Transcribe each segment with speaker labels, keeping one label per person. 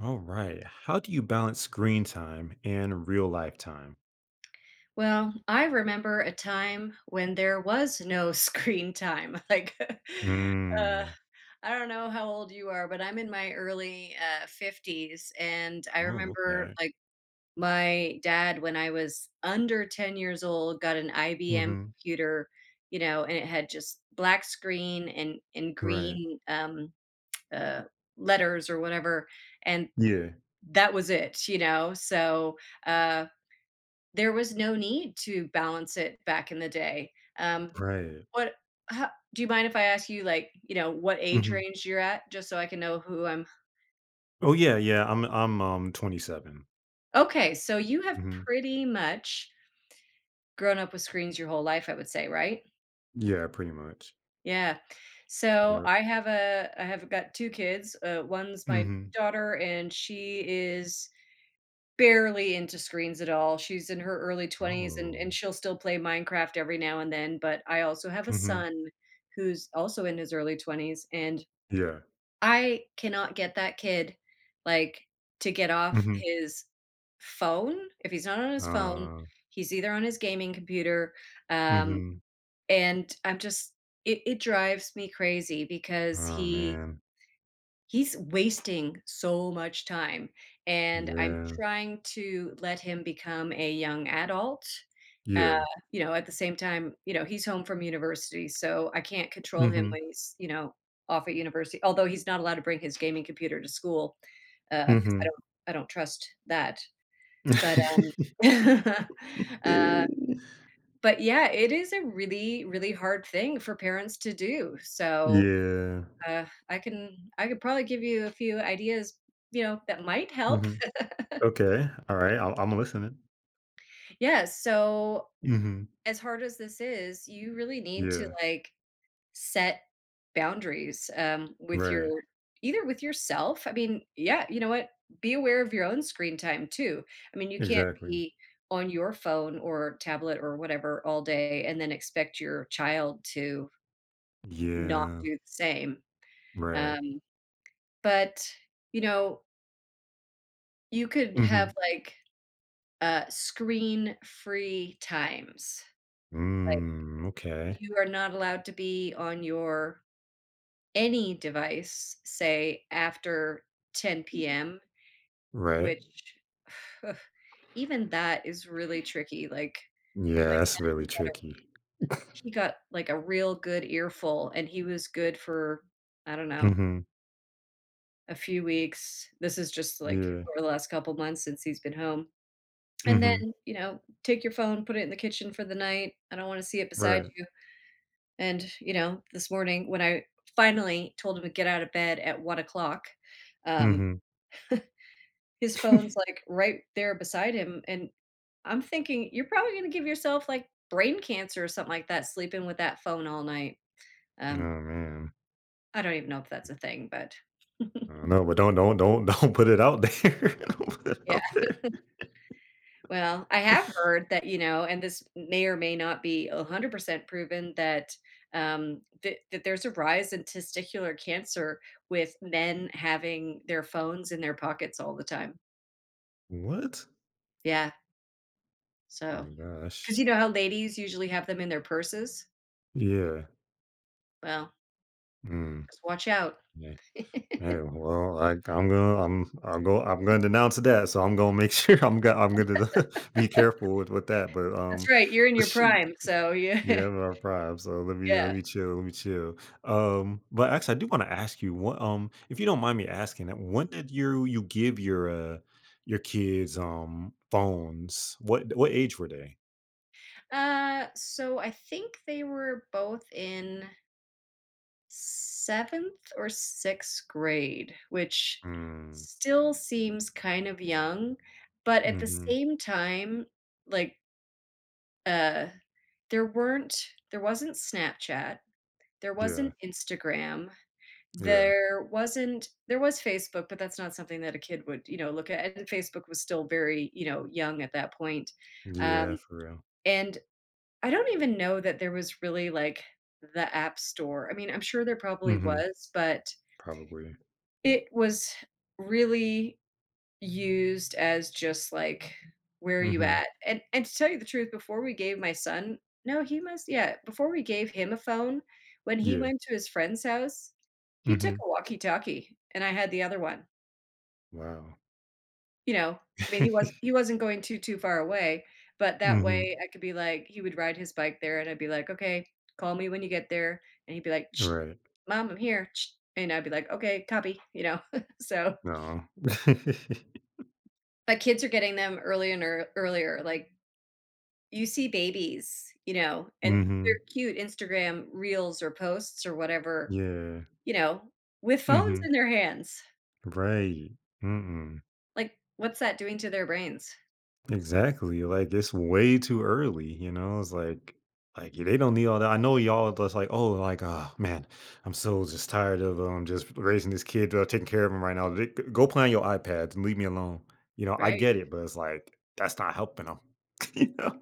Speaker 1: All right. How do you balance screen time and real life time?
Speaker 2: Well, I remember a time when there was no screen time. Like,
Speaker 1: Mm.
Speaker 2: I don't know how old you are, but I'm in my early 50s. And I
Speaker 1: Oh,
Speaker 2: remember,
Speaker 1: okay.
Speaker 2: my dad, when I was under 10 years old, got an IBM
Speaker 1: Hmm.
Speaker 2: computer, you know, and it had just black screen and
Speaker 1: Right.
Speaker 2: green uh, letters or whatever. And
Speaker 1: Yeah.
Speaker 2: that was it. Uh, there was no need to balance it back in the day. Um,
Speaker 1: Right.
Speaker 2: what ho Do you mind if I ask you, like, you know, what age
Speaker 1: Hmm.
Speaker 2: range you're at, just so I can know who I'm
Speaker 1: Oh yeah, yeah. I'm 27.
Speaker 2: Okay, so you have
Speaker 1: Hmm.
Speaker 2: pretty much grown up with screens your whole life, I would say, right?
Speaker 1: Yeah, pretty much.
Speaker 2: Yeah. So,
Speaker 1: Yep.
Speaker 2: I have got 2 kids. One's my
Speaker 1: Hmm.
Speaker 2: daughter, and she is barely into screens at all. She's in her early 20s, and
Speaker 1: Oh.
Speaker 2: and she'll still play Minecraft every now and then, but I also have a
Speaker 1: Hmm.
Speaker 2: son who's also in his early 20s, and
Speaker 1: Yeah.
Speaker 2: I cannot get that kid, like, to get off
Speaker 1: Hmm.
Speaker 2: his phone. If he's not on his phone,
Speaker 1: Uh
Speaker 2: he's either on his gaming computer, um,
Speaker 1: hmm
Speaker 2: and I'm just it drives me crazy because
Speaker 1: oh man.
Speaker 2: he's wasting so much time, and I'm
Speaker 1: Yeah.
Speaker 2: trying to let him become a young adult. Uh,
Speaker 1: Yeah.
Speaker 2: you know, at the same time, you know, he's home from university, so I can't control him
Speaker 1: Hmm.
Speaker 2: when he's, you know, off at university. Although he's not allowed to bring his gaming computer to school, because I
Speaker 1: Hmm.
Speaker 2: don't I don't trust that. But, uh, but yeah, it is a really, really hard thing for parents to do.
Speaker 1: Yeah.
Speaker 2: I could probably give you a few ideas, you know, that might help.
Speaker 1: Hmm. Okay. All right. I'm listening.
Speaker 2: Yeah, so
Speaker 1: Hmm.
Speaker 2: as hard as this is, you really need to
Speaker 1: Yeah.
Speaker 2: like set boundaries with your
Speaker 1: Right.
Speaker 2: either with yourself. I mean, yeah, you know what? Be aware of your own screen time too. I mean, you can't
Speaker 1: Exactly.
Speaker 2: be on your phone or tablet or whatever all day and then expect your child to not
Speaker 1: Yeah.
Speaker 2: do the same.
Speaker 1: Right.
Speaker 2: Um, but you know, you could
Speaker 1: Hmm.
Speaker 2: have like screen-free times. Like,
Speaker 1: Mm, okay.
Speaker 2: you are not allowed to be on your any device, say, after 10 p.m.,
Speaker 1: Right.
Speaker 2: which ugh, even that is really tricky, like, my
Speaker 1: Yeah, that's really
Speaker 2: son got a
Speaker 1: tricky.
Speaker 2: he got, like, a real good earful, and he was good for, I don't know,
Speaker 1: Hmm.
Speaker 2: a few weeks. This is just, like,
Speaker 1: Yeah.
Speaker 2: over the last couple months since he's been home. And
Speaker 1: Hmm.
Speaker 2: then, you know, take your phone, put it in the kitchen for the night. I don't wanna see it beside
Speaker 1: Right.
Speaker 2: you. And, you know, this morning when I finally told him to get out of bed at 1 o'clock, um,
Speaker 1: Hmm.
Speaker 2: his phone's, like, right there beside him, and I'm thinking, "You're probably gonna give yourself, like, brain cancer or something like that, sleeping with that phone all night."
Speaker 1: Oh
Speaker 2: Um,
Speaker 1: man.
Speaker 2: I don't even know if that's a thing, but
Speaker 1: I don't know, but don't don't put it out there. Don't put it
Speaker 2: yeah.
Speaker 1: out there.
Speaker 2: Well, I have heard that, you know, and this may or may not be 100% proven that there's a rise in testicular cancer with men having their phones in their pockets all the time.
Speaker 1: What?
Speaker 2: Yeah. So,
Speaker 1: My gosh.
Speaker 2: cuz you know how ladies usually have them in their purses?
Speaker 1: Yeah.
Speaker 2: Well,
Speaker 1: Mm.
Speaker 2: just watch out.
Speaker 1: Yeah. Hey, well, I'm gonna denounce that. So I'm gonna make sure I'm gonna be careful with that.
Speaker 2: That's right, you're in
Speaker 1: But
Speaker 2: your
Speaker 1: shoot,
Speaker 2: prime, so
Speaker 1: yeah,
Speaker 2: yeah.
Speaker 1: I'm not prime. So let
Speaker 2: Yeah.
Speaker 1: me chill, let me chill. But actually, I do want to ask you if you don't mind me asking, that, when did you give your kids phones? What age were they?
Speaker 2: So I think they were both in 7th or 6th grade, which
Speaker 1: Mm,
Speaker 2: still seems kind of young, but at the
Speaker 1: mm-hmm.
Speaker 2: same time, like, uh, there wasn't Snapchat, there
Speaker 1: Yeah,
Speaker 2: wasn't Instagram,
Speaker 1: yeah,
Speaker 2: there wasn't there was Facebook, but that's not something that a kid would, you know, look at, and Facebook was still very, you know, young at that point, um,
Speaker 1: yeah, for real.
Speaker 2: and I don't even know that there was really, like, the app store. I mean, I'm sure there probably
Speaker 1: Mm-hmm.
Speaker 2: was, but
Speaker 1: Probably.
Speaker 2: it was really used as just, like, "Where are you
Speaker 1: Mm-hmm.
Speaker 2: at?" And to tell you the truth, before we gave my son no, he must yeah, before we gave him a phone, when he
Speaker 1: Yeah.
Speaker 2: went to his friend's house, he took
Speaker 1: Mm-hmm.
Speaker 2: a walkie-talkie, and I had the other one,
Speaker 1: Wow.
Speaker 2: you know? I mean, he was he wasn't going too far away, but that way
Speaker 1: Mhm.
Speaker 2: I could be like he would ride his bike there, and I'd be like, "Okay, call me when you get there," and he'd be like, "Shh,
Speaker 1: Right.
Speaker 2: Mom, I'm here," Shh. And I'd be like, "Okay, copy," you know? So
Speaker 1: No.
Speaker 2: but kids are getting them earlier and earlier. Like, you see babies, you know, and they're
Speaker 1: Mhm.
Speaker 2: cute Instagram reels or posts or whatever,
Speaker 1: Yeah.
Speaker 2: you know, with phones
Speaker 1: Mhm.
Speaker 2: in their hands.
Speaker 1: Right. Mm-mm.
Speaker 2: Like, what's that doing to their brains,
Speaker 1: Exactly. Like, it's way too early, you know? It's like, they don't need all that. I know y'all just like, oh man, I'm so just tired of, just raising this kid, taking care of him right now. G Go play on your iPads and leave me alone." You know, I
Speaker 2: right?
Speaker 1: get it, but it's like, that's not helping 'em. You know?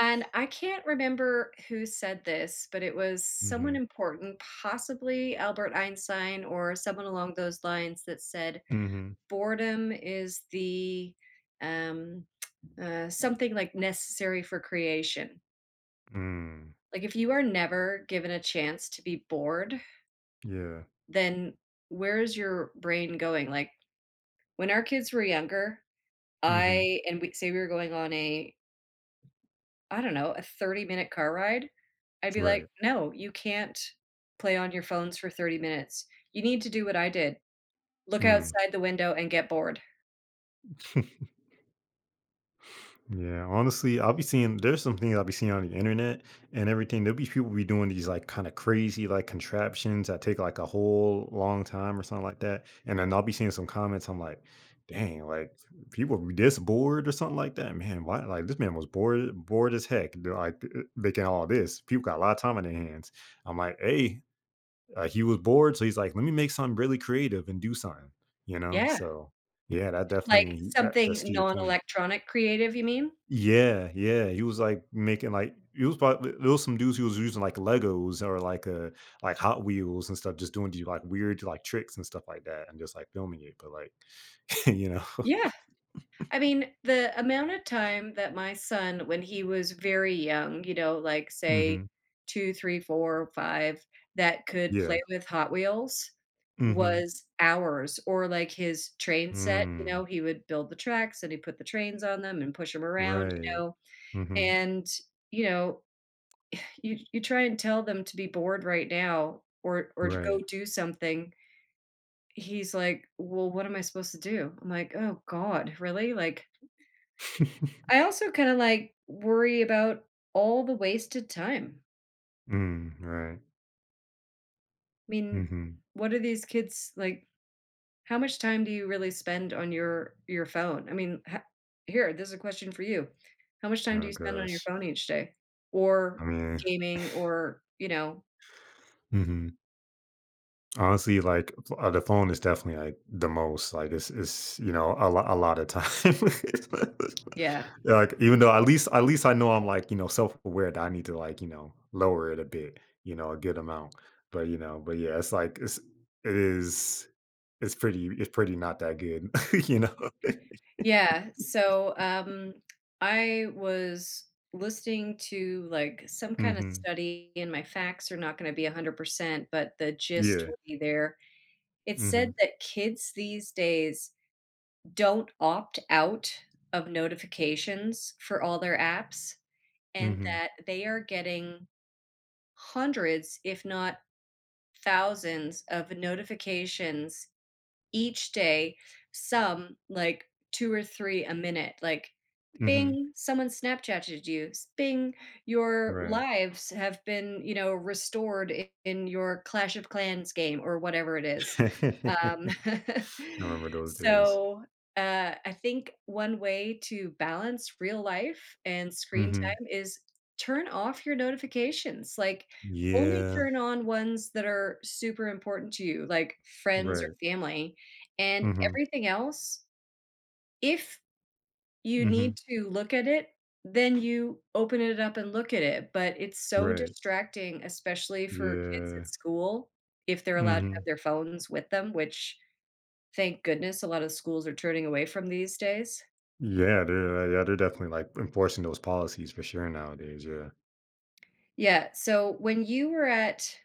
Speaker 2: And I can't remember who said this, but it was someone
Speaker 1: Mhm.
Speaker 2: important, possibly Albert Einstein or someone along those lines that said,
Speaker 1: Mhm.
Speaker 2: "Boredom is the, um, something like necessary for creation."
Speaker 1: Mm.
Speaker 2: Like, if you are never given a chance to be bored,
Speaker 1: Yeah.
Speaker 2: then where is your brain going? Like, when our kids were younger,
Speaker 1: Mhm.
Speaker 2: I and we say we were going on a, I don't know, a 30-minute car ride, I'd be like,
Speaker 1: Right.
Speaker 2: "No, you can't play on your phones for 30 minutes. You need to do what I did, look
Speaker 1: Mm.
Speaker 2: outside the window and get bored."
Speaker 1: Yeah, honestly, I'll be seeing there's some things I'll be seeing on the internet and everything. There'll be people be doing these like kind of crazy like contraptions that take like a whole long time or something like that. And then I'll be seeing some comments. I'm like, dang, like people be this bored or something like that. Man, why like this man was bored as heck. They're Like making all this. People got a lot of time on their hands. I'm like, hey, he was bored, so he's like, let me make something really creative and do something, you know?
Speaker 2: Yeah,
Speaker 1: So yeah, that
Speaker 2: like
Speaker 1: definitely that's
Speaker 2: something
Speaker 1: to your point.
Speaker 2: non-electronic creative, you mean?
Speaker 1: Yeah, yeah. He was like making like it was probably there was some dudes who was using like Legos or like Hot Wheels and stuff, just doing these like weird like tricks and stuff like that, and just like filming it. But like you know,
Speaker 2: Yeah. I mean, the amount of time that my son, when he was very young, you know, like say
Speaker 1: hmm
Speaker 2: 2, 3, 4, 5, that could
Speaker 1: yeah,
Speaker 2: play with Hot Wheels
Speaker 1: hmm
Speaker 2: was hours, or like his train set, you know,
Speaker 1: mm,
Speaker 2: he would build the tracks and he put the trains on them and push them around, you
Speaker 1: right,
Speaker 2: know,
Speaker 1: hmm
Speaker 2: and, you know, you try and tell them to be bored right now or to go
Speaker 1: right,
Speaker 2: do something. He's like, "Well, what am I supposed to do?" I'm like, "Oh god, really? Like I also kinda, like, worry about all the wasted time.
Speaker 1: mm, right,
Speaker 2: I mean,
Speaker 1: hmm
Speaker 2: what are these kids like, how much time do you really spend on your phone? I mean, ho here, this is a question for you. How much time do
Speaker 1: oh
Speaker 2: you spend on your
Speaker 1: gosh,
Speaker 2: phone each day?
Speaker 1: I
Speaker 2: Or
Speaker 1: mean,
Speaker 2: gaming or, you know
Speaker 1: hmm honestly, like the phone is definitely like the most like it's you know a lot of time.
Speaker 2: Yeah.
Speaker 1: Like even though at least I know I'm like you know self aware that I need to like you know lower it a bit you know a good amount. But you know but yeah it's like it's it is it's pretty not that good you know.
Speaker 2: Yeah, so, I was listening to, like, some kinda
Speaker 1: Hmm.
Speaker 2: study, and my facts are not gonna be 100%, but the gist
Speaker 1: Yeah.
Speaker 2: will be there. It's said
Speaker 1: Hmm.
Speaker 2: that kids these days don't opt out of notifications for all their apps and
Speaker 1: Hmm.
Speaker 2: that they are getting hundreds, if not thousands, of notifications each day, some like 2 or 3 a minute, like,
Speaker 1: Hmm.
Speaker 2: "Bing, someone Snapchatted you. S Bing, your
Speaker 1: Right.
Speaker 2: lives have been, you know, restored I in your Clash of Clans game," or whatever it is.
Speaker 1: I
Speaker 2: Um,
Speaker 1: remember those days.
Speaker 2: so, I think one way to balance real life and screen
Speaker 1: Hmm.
Speaker 2: time is turn off your notifications, like, only
Speaker 1: Yeah.
Speaker 2: turn on ones that are super important to you, like friends or
Speaker 1: Right.
Speaker 2: family. And
Speaker 1: Hmm.
Speaker 2: everything else, if you need
Speaker 1: Hmm.
Speaker 2: to look at it, then you open it up and look at it, but it's so
Speaker 1: Right.
Speaker 2: distracting, especially for kids at
Speaker 1: Yeah.
Speaker 2: school, if they're allowed to have
Speaker 1: Mhm.
Speaker 2: their phones with them, which, thank goodness, a lot of schools are turning away from these days.
Speaker 1: Yeah, they're definitely, like, enforcing those policies for sure nowadays, yeah.
Speaker 2: Yeah, so when you were at,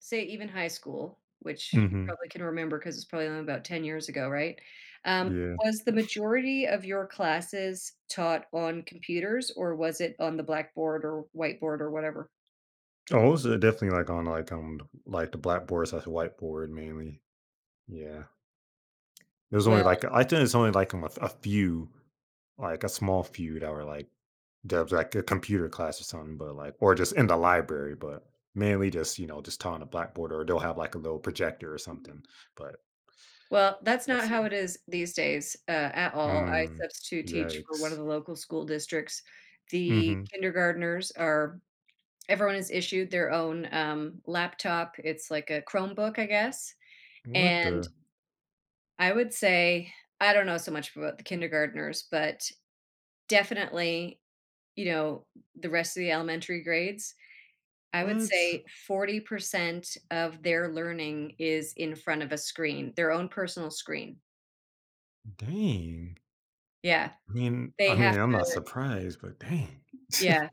Speaker 2: say, even high school, which you
Speaker 1: Mhm.
Speaker 2: probably can remember because it's probably only about 10 years ago, right?
Speaker 1: Yeah.
Speaker 2: Was the majority of your classes taught on computers, or was it on the blackboard or whiteboard or whatever?
Speaker 1: Oh, it's are definitely, like, on, like, like, the blackboard slash whiteboard mainly. Yeah. There's only,
Speaker 2: Well
Speaker 1: like I think it's only, like, a f a few, like, a small few that were, like that like, a computer class or something, but, like or just in the library, but mainly just, you know, just on a blackboard or they'll have, like, a little projector or something, but
Speaker 2: well, that's not
Speaker 1: that's it.
Speaker 2: how it is these days, at all. I
Speaker 1: Mm.
Speaker 2: substitute teach for one of
Speaker 1: Yikes.
Speaker 2: the local school districts. The
Speaker 1: Mhm.
Speaker 2: kindergartners are everyone is issued their own, laptop. It's like a Chromebook, I guess,
Speaker 1: What
Speaker 2: and
Speaker 1: the
Speaker 2: I would say I don't know so much about the kindergartners, but definitely, you know, the rest of the elementary grades, I would
Speaker 1: What?
Speaker 2: say 40% of their learning is in front of a screen, their own personal screen.
Speaker 1: Dang.
Speaker 2: Yeah, they
Speaker 1: I mean,
Speaker 2: have
Speaker 1: I'm
Speaker 2: to
Speaker 1: not surprised, but dang.
Speaker 2: yeah,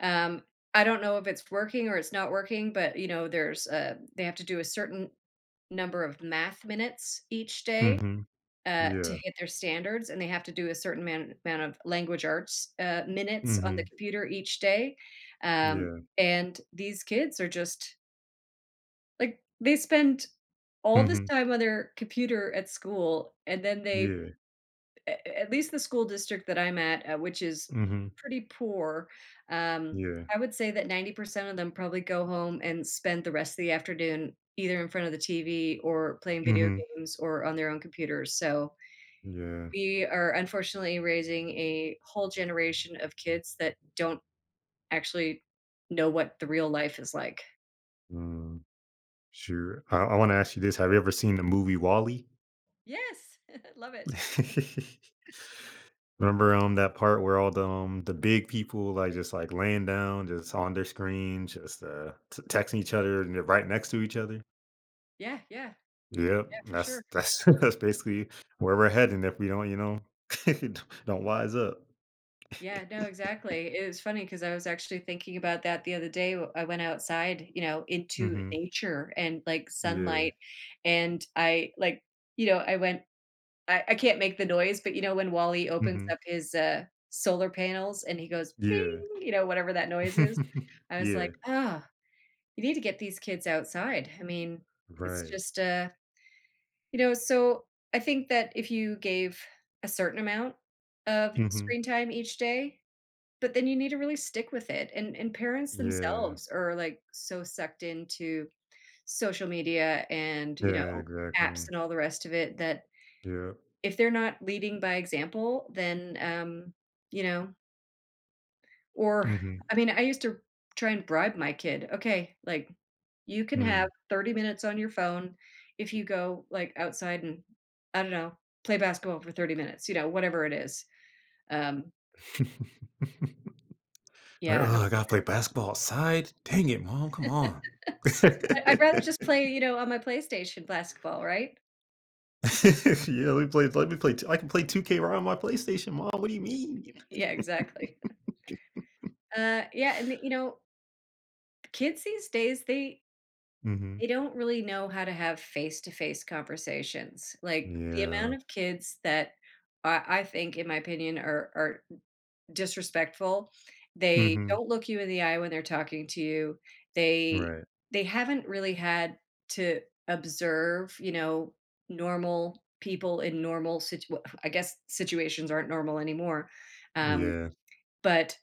Speaker 2: um, I don't know if it's working or it's not working, but, you know, there's, they have to do a certain number of math minutes each day
Speaker 1: Mhm.
Speaker 2: to
Speaker 1: Yeah.
Speaker 2: hit their standards, and they have to do a certain amount of language arts minutes on the
Speaker 1: Mhm.
Speaker 2: computer each day. Um,
Speaker 1: Yeah.
Speaker 2: and these kids are just like they spend all this
Speaker 1: Mhm.
Speaker 2: time on their computer at school, and then they,
Speaker 1: Yeah.
Speaker 2: at least the school district that I'm at, which is
Speaker 1: Mhm.
Speaker 2: pretty poor, um,
Speaker 1: Yeah.
Speaker 2: I would say that 90% of them probably go home and spend the rest of the afternoon either in front of the TV or playing video
Speaker 1: Mhm.
Speaker 2: games or on their own computers. So,
Speaker 1: Yeah.
Speaker 2: we are unfortunately raising a whole generation of kids that don't actually know what the real life is like.
Speaker 1: Mm. Sure. I wanna ask you this, have you ever seen the movie WALL-E?
Speaker 2: Yes, love it.
Speaker 1: Remember, that part where all the big people, like, just, like, laying down, just on their screen, just, t texting each other, and they're right next to each other?
Speaker 2: Yeah, yeah,
Speaker 1: Yep,
Speaker 2: yeah, for sure.
Speaker 1: that's that's basically where we're heading if we don't, you know, don't wise up.
Speaker 2: Yeah, no, exactly. It was funny because I was actually thinking about that the other day. I went outside, you know, into
Speaker 1: Mhm.
Speaker 2: nature and like sunlight.
Speaker 1: Yeah.
Speaker 2: And I like, you know, I can't make the noise, but you know, when Wally opens
Speaker 1: Mhm.
Speaker 2: up his solar panels and he goes, bing,
Speaker 1: Yeah.
Speaker 2: you know, whatever that noise is, I was like,
Speaker 1: Yeah.
Speaker 2: oh, you need to get these kids outside. I mean, it's
Speaker 1: Right.
Speaker 2: just, you know, so I think that if you gave a certain amount of
Speaker 1: Mhm.
Speaker 2: screen time each day, but then you need to really stick with it. And parents
Speaker 1: Yeah.
Speaker 2: themselves are like so sucked into social media and, you
Speaker 1: Yeah,
Speaker 2: know, apps
Speaker 1: exactly.
Speaker 2: and all the rest of it that
Speaker 1: Yep.
Speaker 2: if they're not leading by example, then you know, or
Speaker 1: Mhm.
Speaker 2: I mean, I used to try and bribe my kid. Okay, like you can have
Speaker 1: Mm.
Speaker 2: 30 minutes on your phone if you go, like, outside and, I don't know, play basketball for 30 minutes, you know, whatever it is. Um,
Speaker 1: Like,
Speaker 2: yeah,
Speaker 1: oh, I gotta play basketball outside? Dang it, mom, come on."
Speaker 2: I'd rather just play, you know, on my PlayStation basketball, right?
Speaker 1: Yeah, let me play t I can play 2K right on my PlayStation, mom, what do you mean?"
Speaker 2: Yeah, exactly. Yeah, and, you know, kids these days,
Speaker 1: Mhm.
Speaker 2: they don't really know how to have face-to-face conversations. Like, the amount
Speaker 1: Yeah.
Speaker 2: of kids that I think, in my opinion, are disrespectful. They
Speaker 1: Mhm.
Speaker 2: don't look you in the eye when they're talking to you. They
Speaker 1: Right.
Speaker 2: they haven't really had to observe, you know, normal people in normal well, I guess situations aren't normal anymore. Um,
Speaker 1: Yeah.
Speaker 2: but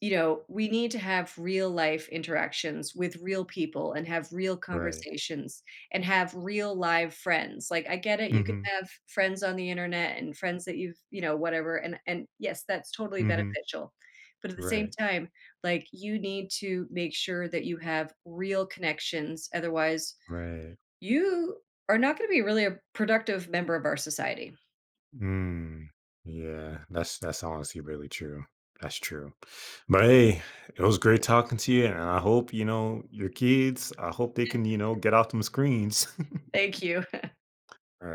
Speaker 2: you know, we need to have real life interactions with real people and have real
Speaker 1: Right.
Speaker 2: conversations and have real live friends. Like, I get it, you can
Speaker 1: Mhm.
Speaker 2: have friends on the internet and friends that you've, you know, whatever, and yes, that's totally
Speaker 1: Mhm.
Speaker 2: beneficial. But at the same
Speaker 1: Right.
Speaker 2: time, like you need to make sure that you have real connections. Otherwise,
Speaker 1: Right.
Speaker 2: you are not going to be really a productive member of our society.
Speaker 1: Mm. Yeah. That's honestly really true. That's true. But hey, it was great talking to you, and I hope you know your kids. I hope they can you know get off them screens.
Speaker 2: Thank you.
Speaker 1: All right.